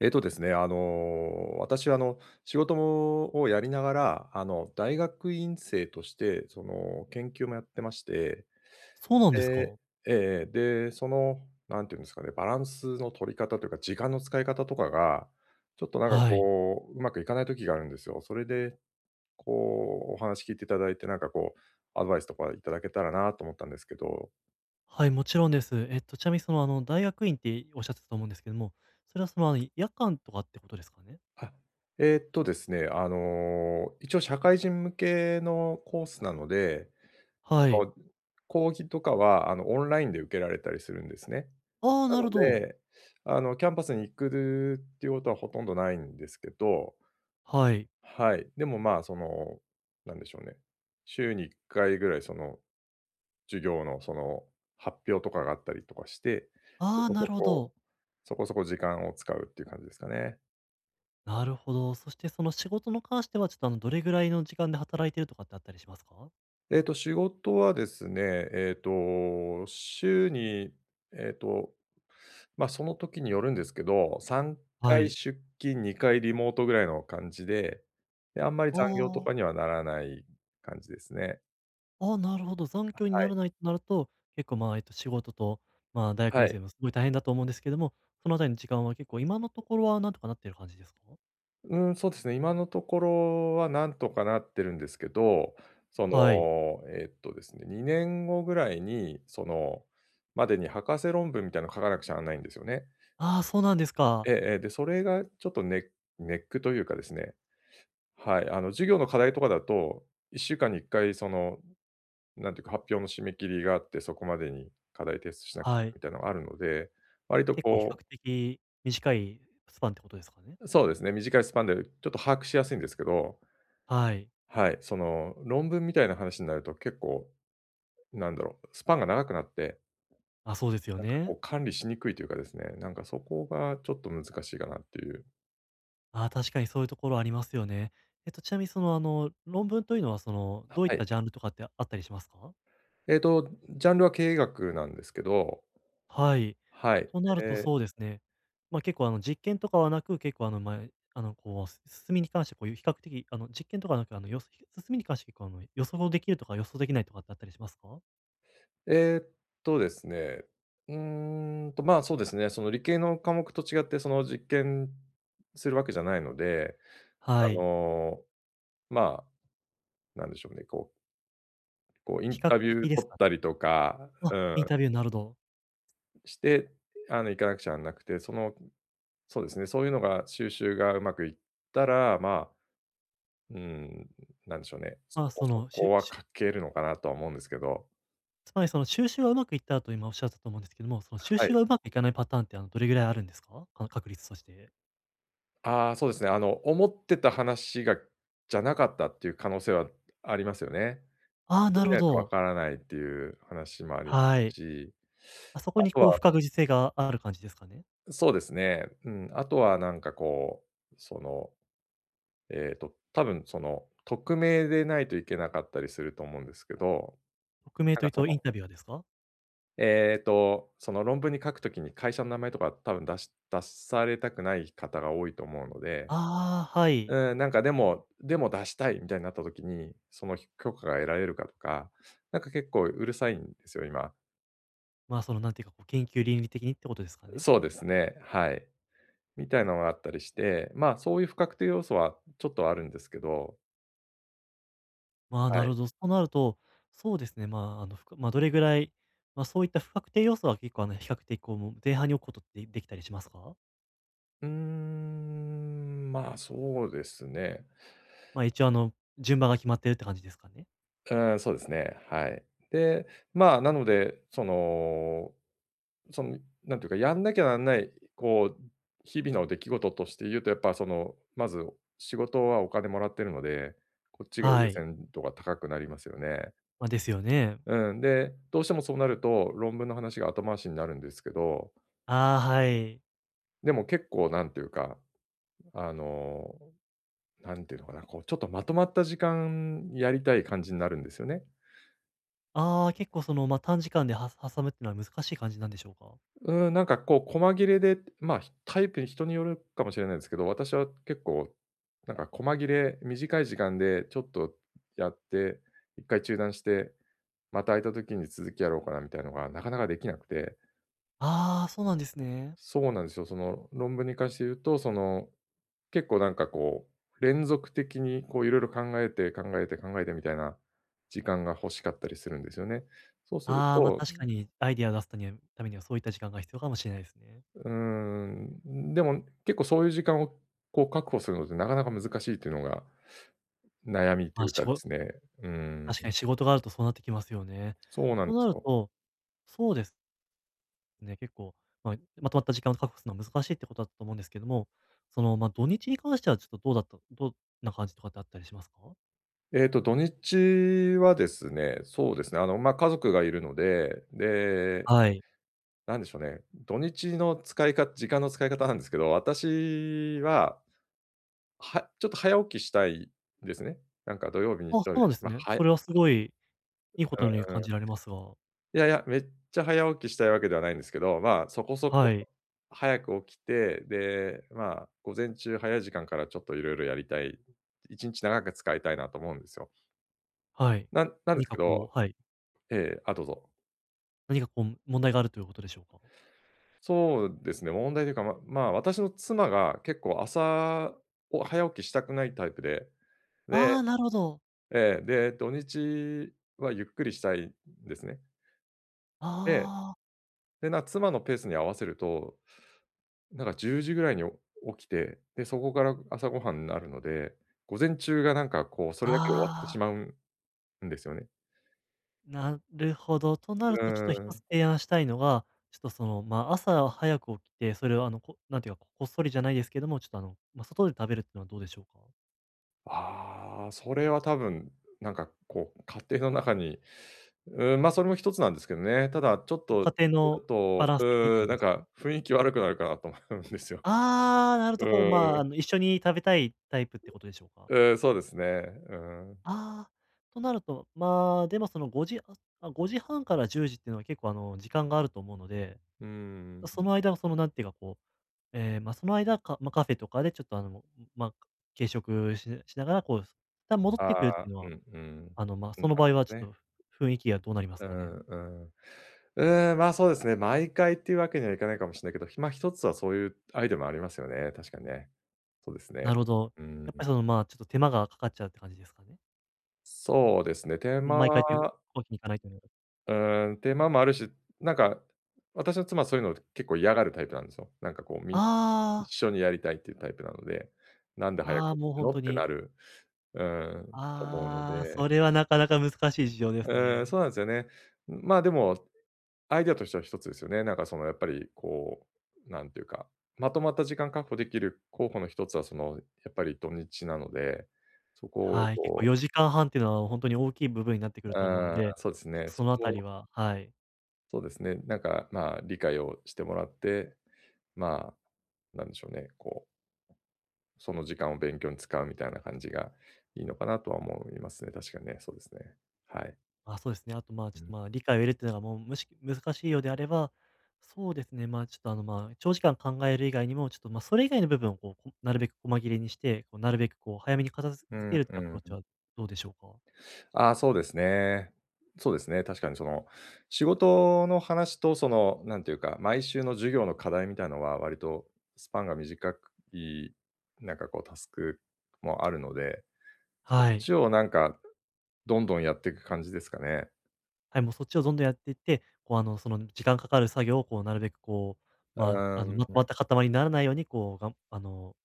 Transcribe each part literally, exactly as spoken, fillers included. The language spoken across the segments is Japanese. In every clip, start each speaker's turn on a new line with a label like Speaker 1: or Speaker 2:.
Speaker 1: えっとですね、あの、私は、あの、仕事もをやりながら、あの、大学院生として、その、研究もやってまして、
Speaker 2: そうなんです
Speaker 1: で
Speaker 2: か？
Speaker 1: ええ、で、その、なんていうんですかね、バランスの取り方というか、時間の使い方とかが、ちょっと、なんか、
Speaker 2: はい。
Speaker 1: こう、うまくいかない時があるんですよ。それで、こう、お話聞いていただいて、なんか、こう、アドバイスとかいただけたらなと思ったんですけど。
Speaker 2: はい、もちろんです。えっと、ちなみにその、あの、大学院っておっしゃってたと思うんですけども、それはその、あの、夜間とかってことですかね？
Speaker 1: あ、えーっとですね、あの、一応社会人向けのコースなので、
Speaker 2: はい。
Speaker 1: の講義とかは、あの、オンラインで受けられたりするんですね。
Speaker 2: ああ、
Speaker 1: な
Speaker 2: なるほ
Speaker 1: の
Speaker 2: ど。
Speaker 1: で、あの、キャンパスに行くっていうことはほとんどないんですけど、
Speaker 2: はい。
Speaker 1: はい。でも、まあ、その、なんでしょうね、週にいっかいぐらい、その、授業の、その、発表とかがあったりとかして、そ
Speaker 2: ああ、
Speaker 1: こ
Speaker 2: な
Speaker 1: そ
Speaker 2: るほど。
Speaker 1: こそこそこ時間を使うっていう感じですかね。
Speaker 2: なるほど。そしてその仕事の関しては、ちょっと、あの、どれぐらいの時間で働いてるとかってあったりしますか？
Speaker 1: えっと、仕事はですね、えっと、週に、えっと、まあ、その時によるんですけど、3
Speaker 2: は
Speaker 1: 回
Speaker 2: い。
Speaker 1: 出勤、にかいリモートぐらいの感じで、で、あんまり残業と
Speaker 2: あ
Speaker 1: かに
Speaker 2: あ、
Speaker 1: はならない感じですね。
Speaker 2: ああ、なるほど。残業に
Speaker 1: は
Speaker 2: な
Speaker 1: い。
Speaker 2: らないとなると、結構、まあ、えっと、仕事と、まあ、大学
Speaker 1: は
Speaker 2: 院生
Speaker 1: い。
Speaker 2: もすごい大変だと思うんですけども、そのあたりの時間は結構今のところはなんとかなってる感じですか？
Speaker 1: うーん、そうですね、今のところはなんとかなってるんですけど、その、
Speaker 2: はい。
Speaker 1: えっとですね、にねんごぐらいに、その、までに博士論文みたいなの書かなくちゃなんないんですよね。
Speaker 2: ああ、そうなんですか。
Speaker 1: ええええ、で、それがちょっとネネックというかですね、はい、あの、授業の課題とかだと、いっしゅうかんにいっかいその、なんていうか、発表の締め切りがあって、そこまでに課題提出しなきゃ
Speaker 2: はい。
Speaker 1: みたいなのがあるので、割と
Speaker 2: 結構比較
Speaker 1: こ
Speaker 2: 的短いスパンってことですかね。
Speaker 1: うそうですね、短いスパンでちょっと把握しやすいんですけど、
Speaker 2: はい。
Speaker 1: はい、その論文みたいな話になると結構、なんだろう、スパンが長くなって、
Speaker 2: あ、そうですよ
Speaker 1: なんか
Speaker 2: ね。
Speaker 1: こう管理しにくいというかですね、なんかそこがちょっと難しいかなっていう。
Speaker 2: ああ、確かにそういうところありますよね。えっと、ちなみにその、あの、論文というのは、その、どういっ
Speaker 1: はい。
Speaker 2: たジャンルとかってあったりしますか？
Speaker 1: えっと、ジャンルは経営学なんですけど、
Speaker 2: はい。
Speaker 1: はい。
Speaker 2: となると
Speaker 1: え
Speaker 2: そう
Speaker 1: ー
Speaker 2: ですね。ま、結構、あの、実験とかはなく、結構、あの、ま、あの、こう、す進みに関して、こういう比較的、あの、実験とかはなく、あの、よ進みに関して結構、あの、予想できるとか予想できないとかってあったりしますか？
Speaker 1: え、っとですね、うーんと、まあ、そうですね、その理系の科目と違って、その実験するわけじゃないので、
Speaker 2: は
Speaker 1: あ
Speaker 2: い。
Speaker 1: の、まあ、なんでしょうね、こうこうイ
Speaker 2: 比
Speaker 1: ン
Speaker 2: 較
Speaker 1: タビュー
Speaker 2: 的です
Speaker 1: 取
Speaker 2: か
Speaker 1: った
Speaker 2: ね。
Speaker 1: りとか、
Speaker 2: あ、
Speaker 1: うん、
Speaker 2: インタビュー、なるほど。
Speaker 1: して、あの、行かなくちゃなくて、その、そうですね、そういうのが収集がうまくいったら、まあ、うん、なんでしょうね、そ
Speaker 2: まあ、
Speaker 1: こ
Speaker 2: そ
Speaker 1: そ
Speaker 2: の、し
Speaker 1: こ
Speaker 2: ゅ
Speaker 1: は
Speaker 2: しゅ
Speaker 1: 書けるのかなとは思うんですけど、
Speaker 2: つまりその収集はうまくいったと今おっしゃったと思うんですけども、その収
Speaker 1: は
Speaker 2: 集
Speaker 1: い。
Speaker 2: がうまくいかないパターンって、あの、どれぐらいあるんですか？か確率として。
Speaker 1: ああ、そうですね。あの、思ってた話がじゃなかったっていう可能性はありますよね。
Speaker 2: ああ、
Speaker 1: 聞いて
Speaker 2: な
Speaker 1: み
Speaker 2: るほ
Speaker 1: ないとわ
Speaker 2: ど。
Speaker 1: からないっていう話もあり
Speaker 2: は
Speaker 1: ます
Speaker 2: い。
Speaker 1: し、
Speaker 2: あそこ
Speaker 1: あ
Speaker 2: に
Speaker 1: とは
Speaker 2: こう不確実性がある感じですかね？
Speaker 1: そうですね、うん、あとはなんかこう、その、えっと、多分その、匿名でないといけなかったりすると思うんですけど、
Speaker 2: 匿名
Speaker 1: なん
Speaker 2: とい
Speaker 1: か
Speaker 2: う
Speaker 1: そ
Speaker 2: とイン
Speaker 1: の、
Speaker 2: タビュアーですか？
Speaker 1: えっと、その論文に書くときに会社の名前とか多分出し出されたくない方が多いと思うので、
Speaker 2: ああ、はい。
Speaker 1: うん、なんかでもでも出したいみたいになった時に、その許可が得られるかとか、なんか結構うるさいんですよ、今。
Speaker 2: まあ、そのなんていうか、こう研究倫理的にってことですかね？
Speaker 1: そうですね、はい。みたいなのがあったりして、まあ、そういう不確定要素はちょっとあるんですけど、
Speaker 2: まあ、な
Speaker 1: は
Speaker 2: るほ
Speaker 1: い。
Speaker 2: ど。となると、そうですね、まあ、あの、ふくまあ、どれぐらい、ま、あそういった不確定要素は結構、あの、比較的こう、もう前半に置くことってできたりしますか？
Speaker 1: うーん、まあ、そうですね。
Speaker 2: ま、あ一応あの、順番が決まってるって感じですかね？
Speaker 1: うん、そうですね、はい。で、まあ、なので、そのその、なんていうか、やんなきゃなんない、こう、日々の出来事として言うと、やっぱその、まず仕事はお金もらってるので、こっちが
Speaker 2: は
Speaker 1: 優
Speaker 2: い。
Speaker 1: 先度が高くなりますよね。
Speaker 2: まあ、ですよね。
Speaker 1: うん、で、どうしてもそうなると、論文の話が後回しになるんですけど、
Speaker 2: ああ、はい。
Speaker 1: でも結構なんていうか、あの、なんていうのかな、こう、ちょっとまとまった時間やりたい感じになるんですよね。
Speaker 2: ああ、結構その、まあ、短時間では挟むってのは難しい感じなんでしょうか？
Speaker 1: うん、なんかこう細切れで、まあ、ひタイプに人によるかもしれないですけど、私は結構なんか細切れ、短い時間でちょっとやって、一回中断して、また空いた時に続きやろうかなみたいのがなかなかできなくて、
Speaker 2: ああ、そうなんですね。
Speaker 1: そうなんですよ。その論文に関して言うと、その、結構なんかこう、連続的にこういろいろ考えて、考えて、考えてみたいな時間が欲しかったりするんですよね。そうする
Speaker 2: ああ、ま、あ
Speaker 1: と、
Speaker 2: 確かにアイディア出すたにはためにはそういった時間が必要かもしれないですね。
Speaker 1: うーん、でも結構そういう時間をこう確保するのってなかなか難しいっていうのが悩みと
Speaker 2: ま、
Speaker 1: い
Speaker 2: あ
Speaker 1: う
Speaker 2: し
Speaker 1: かで
Speaker 2: ご
Speaker 1: すね。うーん、
Speaker 2: 確かに仕事があるとそうなってきますよね。
Speaker 1: そうなん
Speaker 2: と
Speaker 1: で
Speaker 2: な
Speaker 1: す
Speaker 2: る
Speaker 1: よ。
Speaker 2: と、そうですね、結構、まあ、まとまった時間を確保するのは難しいってことだったと思うんですけども、その、まあ、土日に関してはちょっとどうだったどんな感じとかってあったりしますか？
Speaker 1: えっと、土日はですね、そうですね、あの、ま、家族がいるので、で、
Speaker 2: はい。
Speaker 1: なんでしょうね、土日の使いか時間の使い方なんですけど、私は、はちょっと早起きしたいんですね。なんか土曜日、日
Speaker 2: あ、そ
Speaker 1: 曜
Speaker 2: う
Speaker 1: 日、
Speaker 2: なんです
Speaker 1: ま、
Speaker 2: ね。
Speaker 1: は
Speaker 2: そ
Speaker 1: い
Speaker 2: れはすごいいいことのように感
Speaker 1: う
Speaker 2: じられますが
Speaker 1: いやいや、めっちゃ早起きしたいわけではないんですけど、まあ、そこそ
Speaker 2: は
Speaker 1: こ
Speaker 2: い。
Speaker 1: 早く起きて、で、まあ、午前中早い時間からちょっといろいろやりたい、いちにち長く使いたいなと思うんですよ。
Speaker 2: はい。
Speaker 1: なんなんで
Speaker 2: 何
Speaker 1: す
Speaker 2: か
Speaker 1: け
Speaker 2: こ
Speaker 1: ど
Speaker 2: うはい。
Speaker 1: ええ、あ、どうぞ。
Speaker 2: 何かこう問題があるということでしょうか？
Speaker 1: そうですね、問題というか、ままあ、私の妻が結構朝を早起きしたくないタイプで、
Speaker 2: ああ、
Speaker 1: で
Speaker 2: なるほど。
Speaker 1: ええ、で、土日はゆっくりしたいんですね。で、
Speaker 2: ああ、
Speaker 1: で、な妻のペースに合わせると、なんかじゅうじぐらいに起きて、で、そこから朝ごはんになるので、午前中がなんかこう、それだけで終わって
Speaker 2: あ
Speaker 1: し
Speaker 2: あ、
Speaker 1: まうんですよね。
Speaker 2: なるほど。となる
Speaker 1: う
Speaker 2: とちょっと一
Speaker 1: ー
Speaker 2: つ
Speaker 1: ん。
Speaker 2: 提案したいのが、ちょっとその、ま、あ朝早く起きて、それをあの、こなんていうか、こっそりじゃないですけども、ちょっとあの、まあ、外で食べるっていうのはどうでしょうか？
Speaker 1: ああ、それは多分、なんかこう、家庭の中に、うーん、ま、それも一つなんですけどね。ただちょっ
Speaker 2: ま
Speaker 1: と、
Speaker 2: 家庭
Speaker 1: それ
Speaker 2: の
Speaker 1: だ
Speaker 2: バ
Speaker 1: と、
Speaker 2: ランス的にって
Speaker 1: うー
Speaker 2: こ
Speaker 1: ん、
Speaker 2: と
Speaker 1: な
Speaker 2: で
Speaker 1: ん
Speaker 2: すか？
Speaker 1: か雰囲気悪くなるかなと思うんですよ。
Speaker 2: ああ、なる
Speaker 1: う
Speaker 2: とこう、まあ、
Speaker 1: ー
Speaker 2: あ
Speaker 1: ん。
Speaker 2: の、一緒に食べたいタイプってことでしょうか？
Speaker 1: うーん、そうですね。うーん。
Speaker 2: ああ、となると、まあ、でもそのごじ、ああ、時半からじゅうじっていうのは結構あの、時間があると思うので、
Speaker 1: うー
Speaker 2: そ
Speaker 1: ん。
Speaker 2: の間その、なんていうかこう、ええ、まあ、その間、かまあ、カフェとかでちょっとあの、まあ、軽食ししながら、こう、一旦戻っ
Speaker 1: あ
Speaker 2: てくるってい
Speaker 1: あ、
Speaker 2: うの
Speaker 1: う
Speaker 2: は、
Speaker 1: んうん。
Speaker 2: あの、まあ、
Speaker 1: うん、な
Speaker 2: そ
Speaker 1: る
Speaker 2: の場合
Speaker 1: ほ
Speaker 2: はち
Speaker 1: ど
Speaker 2: ょ
Speaker 1: ね。
Speaker 2: っと、雰囲気がどうなります
Speaker 1: う
Speaker 2: か
Speaker 1: ん
Speaker 2: ね？
Speaker 1: うん。うーん、まあ、そうですね。毎回っていうわけにはいかないかもしれないけど、ひまあ一つはそういうアイデアもありますよね、確かにね。そうです
Speaker 2: な
Speaker 1: ね。
Speaker 2: るほど。
Speaker 1: うん、
Speaker 2: やっぱりその、まあ、ちょっと手間がかかっちゃうって感じですかね？
Speaker 1: そうですね、手間、
Speaker 2: 毎回というわけにいかないというのは。
Speaker 1: うーん、手間もあるし、なんか、私の妻はそういうのを結構嫌がるタイプなんですよ。なんかこう、みん
Speaker 2: あ
Speaker 1: 一緒にやりたいっていうタイプなので、なんで早く
Speaker 2: あ、ああ、
Speaker 1: 起
Speaker 2: もう
Speaker 1: きるの
Speaker 2: 本当
Speaker 1: ってな
Speaker 2: に。
Speaker 1: る、うん、思うの
Speaker 2: ああ、
Speaker 1: で、
Speaker 2: それはなかなか難しい事情です
Speaker 1: うん、
Speaker 2: ね。
Speaker 1: そうなんですよね。まあ、でもアイデアとしては一つですよね。なんかそのやっぱりこう、なんていうか、まとまった時間確保できる候補の一つはその、やっぱり土日なので、そこ
Speaker 2: はい、
Speaker 1: を
Speaker 2: 結構
Speaker 1: こ
Speaker 2: よじかんはんっていうのは本当に大きい部分になってくる
Speaker 1: う、
Speaker 2: と思うの
Speaker 1: あ
Speaker 2: で、
Speaker 1: ーそうです
Speaker 2: ちょっ
Speaker 1: ね、
Speaker 2: と
Speaker 1: そ
Speaker 2: そのあた
Speaker 1: こ
Speaker 2: り
Speaker 1: を、
Speaker 2: ははい。
Speaker 1: そうですね、なんかまあ理解をしてもらって、まあ、なんでしょうね、こう、その時間を勉強に使うみたいな感じがいいのかなとは思いますね。確かにね、そうですね。はい。
Speaker 2: まあ、そうですね、あと、まあ、ちょっと、
Speaker 1: う
Speaker 2: まあ、理解を得るっていうのがもうむし難しいようであれば、そうですね、まあ、ちょっと、あの、まあ、長時間考える以外にも、ちょっと、ま、それ以外の部分を、こう、こなるべく細切れにして、こう、なるべく、こう、早めに片付
Speaker 1: ん、
Speaker 2: けるって
Speaker 1: う
Speaker 2: アプ
Speaker 1: ん
Speaker 2: ロー
Speaker 1: う
Speaker 2: チ
Speaker 1: ん。
Speaker 2: はどうでしょうか？
Speaker 1: ああ、そうですね。そうですね、確かにその、仕事の話とその、なんていうか、毎週の授業の課題みたいのは割とスパンが短い、なんかこうタスクもあるので、
Speaker 2: はい。
Speaker 1: 一応なんかどんどんやっていく感じですかね。
Speaker 2: はい、もうそっちをどんどんやっていって、こう、あの、その時間かかる作業を、こう、なるべく、こう、
Speaker 1: う
Speaker 2: まあ、あの、まと
Speaker 1: ーん、
Speaker 2: まった塊にならないように、こう、がんあの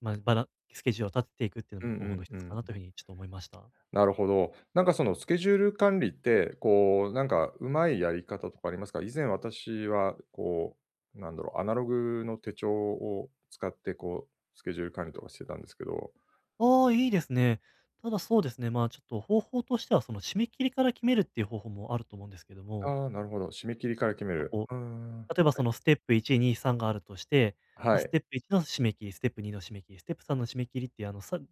Speaker 2: まあ、ばらスケジュールを立てていくっていう
Speaker 1: う
Speaker 2: のも方法の
Speaker 1: ん
Speaker 2: 一
Speaker 1: うんう
Speaker 2: つかなと
Speaker 1: ん。
Speaker 2: いうふうにちょっと思いました。
Speaker 1: なるほど。なんかそのスケジュール管理って、こう、なんかうまいやり方とかありますか？以前私はこう、なんだろう、アナログの手帳を使ってこう、スケジュール管理とかしてたんですけど、
Speaker 2: ああ、いいですね。ただそうですね、まあ、ちょっと方法としては、その締め切りから決めるっていう方法もあると思うんですけども、
Speaker 1: ああ、なるほど。締め切りから決める。
Speaker 2: こ
Speaker 1: うーん。
Speaker 2: う、例えばそのステップいち、に、さんがあるとして、ま
Speaker 1: は
Speaker 2: あ、ス
Speaker 1: い。
Speaker 2: テップいちの締め切り、ステップにの締め切り、ステップさんの締め切りっていうあの、さこ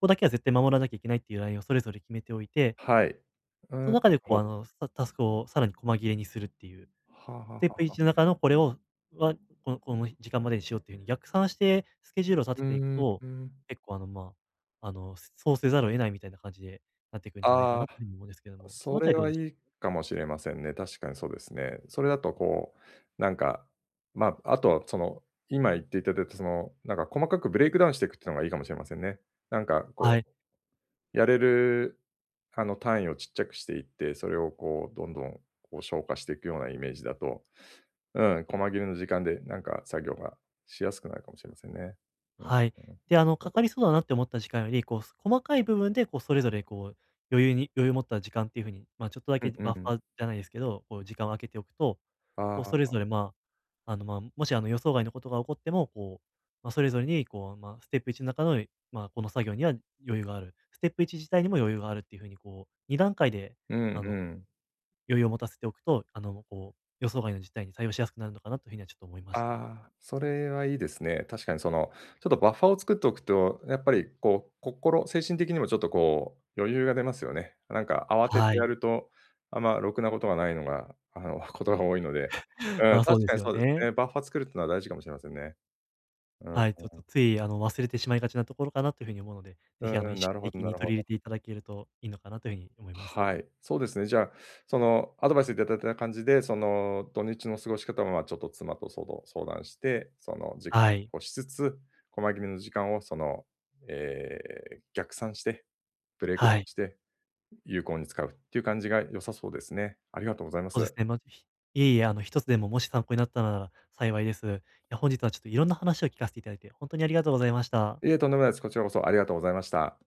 Speaker 2: こだけは絶対守らなきゃいけないっていうラインをそれぞれ決めておいて、
Speaker 1: はい。うーん、
Speaker 2: そ
Speaker 1: な
Speaker 2: の
Speaker 1: る
Speaker 2: 中でこう、
Speaker 1: ほ
Speaker 2: あ
Speaker 1: ど。
Speaker 2: の、さタスクをさらに細切れにするっていう。
Speaker 1: はあはあ
Speaker 2: ス
Speaker 1: は
Speaker 2: テ
Speaker 1: あ
Speaker 2: ップ
Speaker 1: はあ。
Speaker 2: 1の中のこれをは、このこの時間までにしようっていう風に逆算してスケジュールを
Speaker 1: う
Speaker 2: 立てていく
Speaker 1: ーん、
Speaker 2: と、
Speaker 1: うん。
Speaker 2: 結構あの、まあ、あの、そうせざるを得ないみたいな感じでなっていくんじゃないか
Speaker 1: あ
Speaker 2: なという
Speaker 1: あ、
Speaker 2: 風に思うんですけども、その
Speaker 1: そ
Speaker 2: あた
Speaker 1: れ
Speaker 2: りどう
Speaker 1: は
Speaker 2: でしょ
Speaker 1: いい
Speaker 2: う？
Speaker 1: かもしれませんね。確かにそうですね。それだとこう、なんか、まあ、あとはその、今言っていただいたその、なんか細かくブレイクダウンしていくっていうのがいいかもしれませんね。なんか
Speaker 2: は
Speaker 1: こ
Speaker 2: い。
Speaker 1: うやれる、あの、単位をちっちゃくしていって、それをこう、どんどん、こう、消化していくようなイメージだと、うん、細切れの時間で、なんか作業がしやすくなるかもしれませんね。うん、
Speaker 2: はい。
Speaker 1: うん。
Speaker 2: で、あの、
Speaker 1: そ
Speaker 2: か
Speaker 1: うか。
Speaker 2: かりそうだなって思った時間より、こう、細かい部分でこうそれぞれこう余裕に余裕を持った時間っていう風に、まあ、ちょっとだ
Speaker 1: う
Speaker 2: け
Speaker 1: んうん
Speaker 2: バッ
Speaker 1: うん。
Speaker 2: ファーじゃないですけど、こう時間を空けておくと
Speaker 1: あ
Speaker 2: こう、それ
Speaker 1: あ、
Speaker 2: ぞれ、まあ、あの、まあ、もし、あの、予想外のことが起こっても、こう、まあ、それぞれに、こう、まあ、ステップいちの中の、まあ、この作業には余裕がある、ステップいち自体にも余裕があるっていう風に、こう、に段階で、
Speaker 1: うん
Speaker 2: あの、
Speaker 1: うん。
Speaker 2: 余裕を持たせておくと、あの、こう、予想外の事態に対応しやすくなるのかなという風にはちょっと思いました。
Speaker 1: ああ、それはいいですね。確かにその、ちょっとバッファーを作っておくと、やっぱりこう、心精神的にもちょっとこう、余裕が出ますよね。なんか慌て
Speaker 2: は
Speaker 1: てや
Speaker 2: い。
Speaker 1: ると、あんまろくなことがないのが、あの、ことが多いので。う
Speaker 2: ま
Speaker 1: ん、
Speaker 2: あ、そう
Speaker 1: 確
Speaker 2: で
Speaker 1: か
Speaker 2: す
Speaker 1: に
Speaker 2: よ
Speaker 1: そうです
Speaker 2: ね。
Speaker 1: ね。バッファー作るってのは大事かもしれませんね。うんう
Speaker 2: はい、ちょっ
Speaker 1: ん。
Speaker 2: とつい、あの、忘れてしまいがちなところかなという風に思うので、ぜひ、あの、意
Speaker 1: な
Speaker 2: 識
Speaker 1: るほど
Speaker 2: 的
Speaker 1: な
Speaker 2: に
Speaker 1: るほ
Speaker 2: 取り入れ
Speaker 1: ど
Speaker 2: ていただけるといいのかなというふうに思いま
Speaker 1: は
Speaker 2: す。
Speaker 1: い、そうですね。じゃあ、そのアドバイスいただいた感じで、その土日の過ごし方は、ま、ちょっと妻とそう相談して、その時間
Speaker 2: はい。
Speaker 1: をしつつ、細切れの時間をその、えー逆算して、ブレイク
Speaker 2: はい。
Speaker 1: して、有効に使うっていう感じが良さそうですね。ありがとうございま
Speaker 2: そ
Speaker 1: す。
Speaker 2: うですね、まあ、ひいえいえ、あの、一つでももし参考になったなら幸いです。いや、本日はちょっといろんな話を聞かせていただいて、本当にありがとうございました。
Speaker 1: いえ、とんでもないです。こちらこそありがとうございました。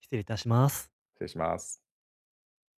Speaker 2: 失礼いたします。
Speaker 1: 失礼します。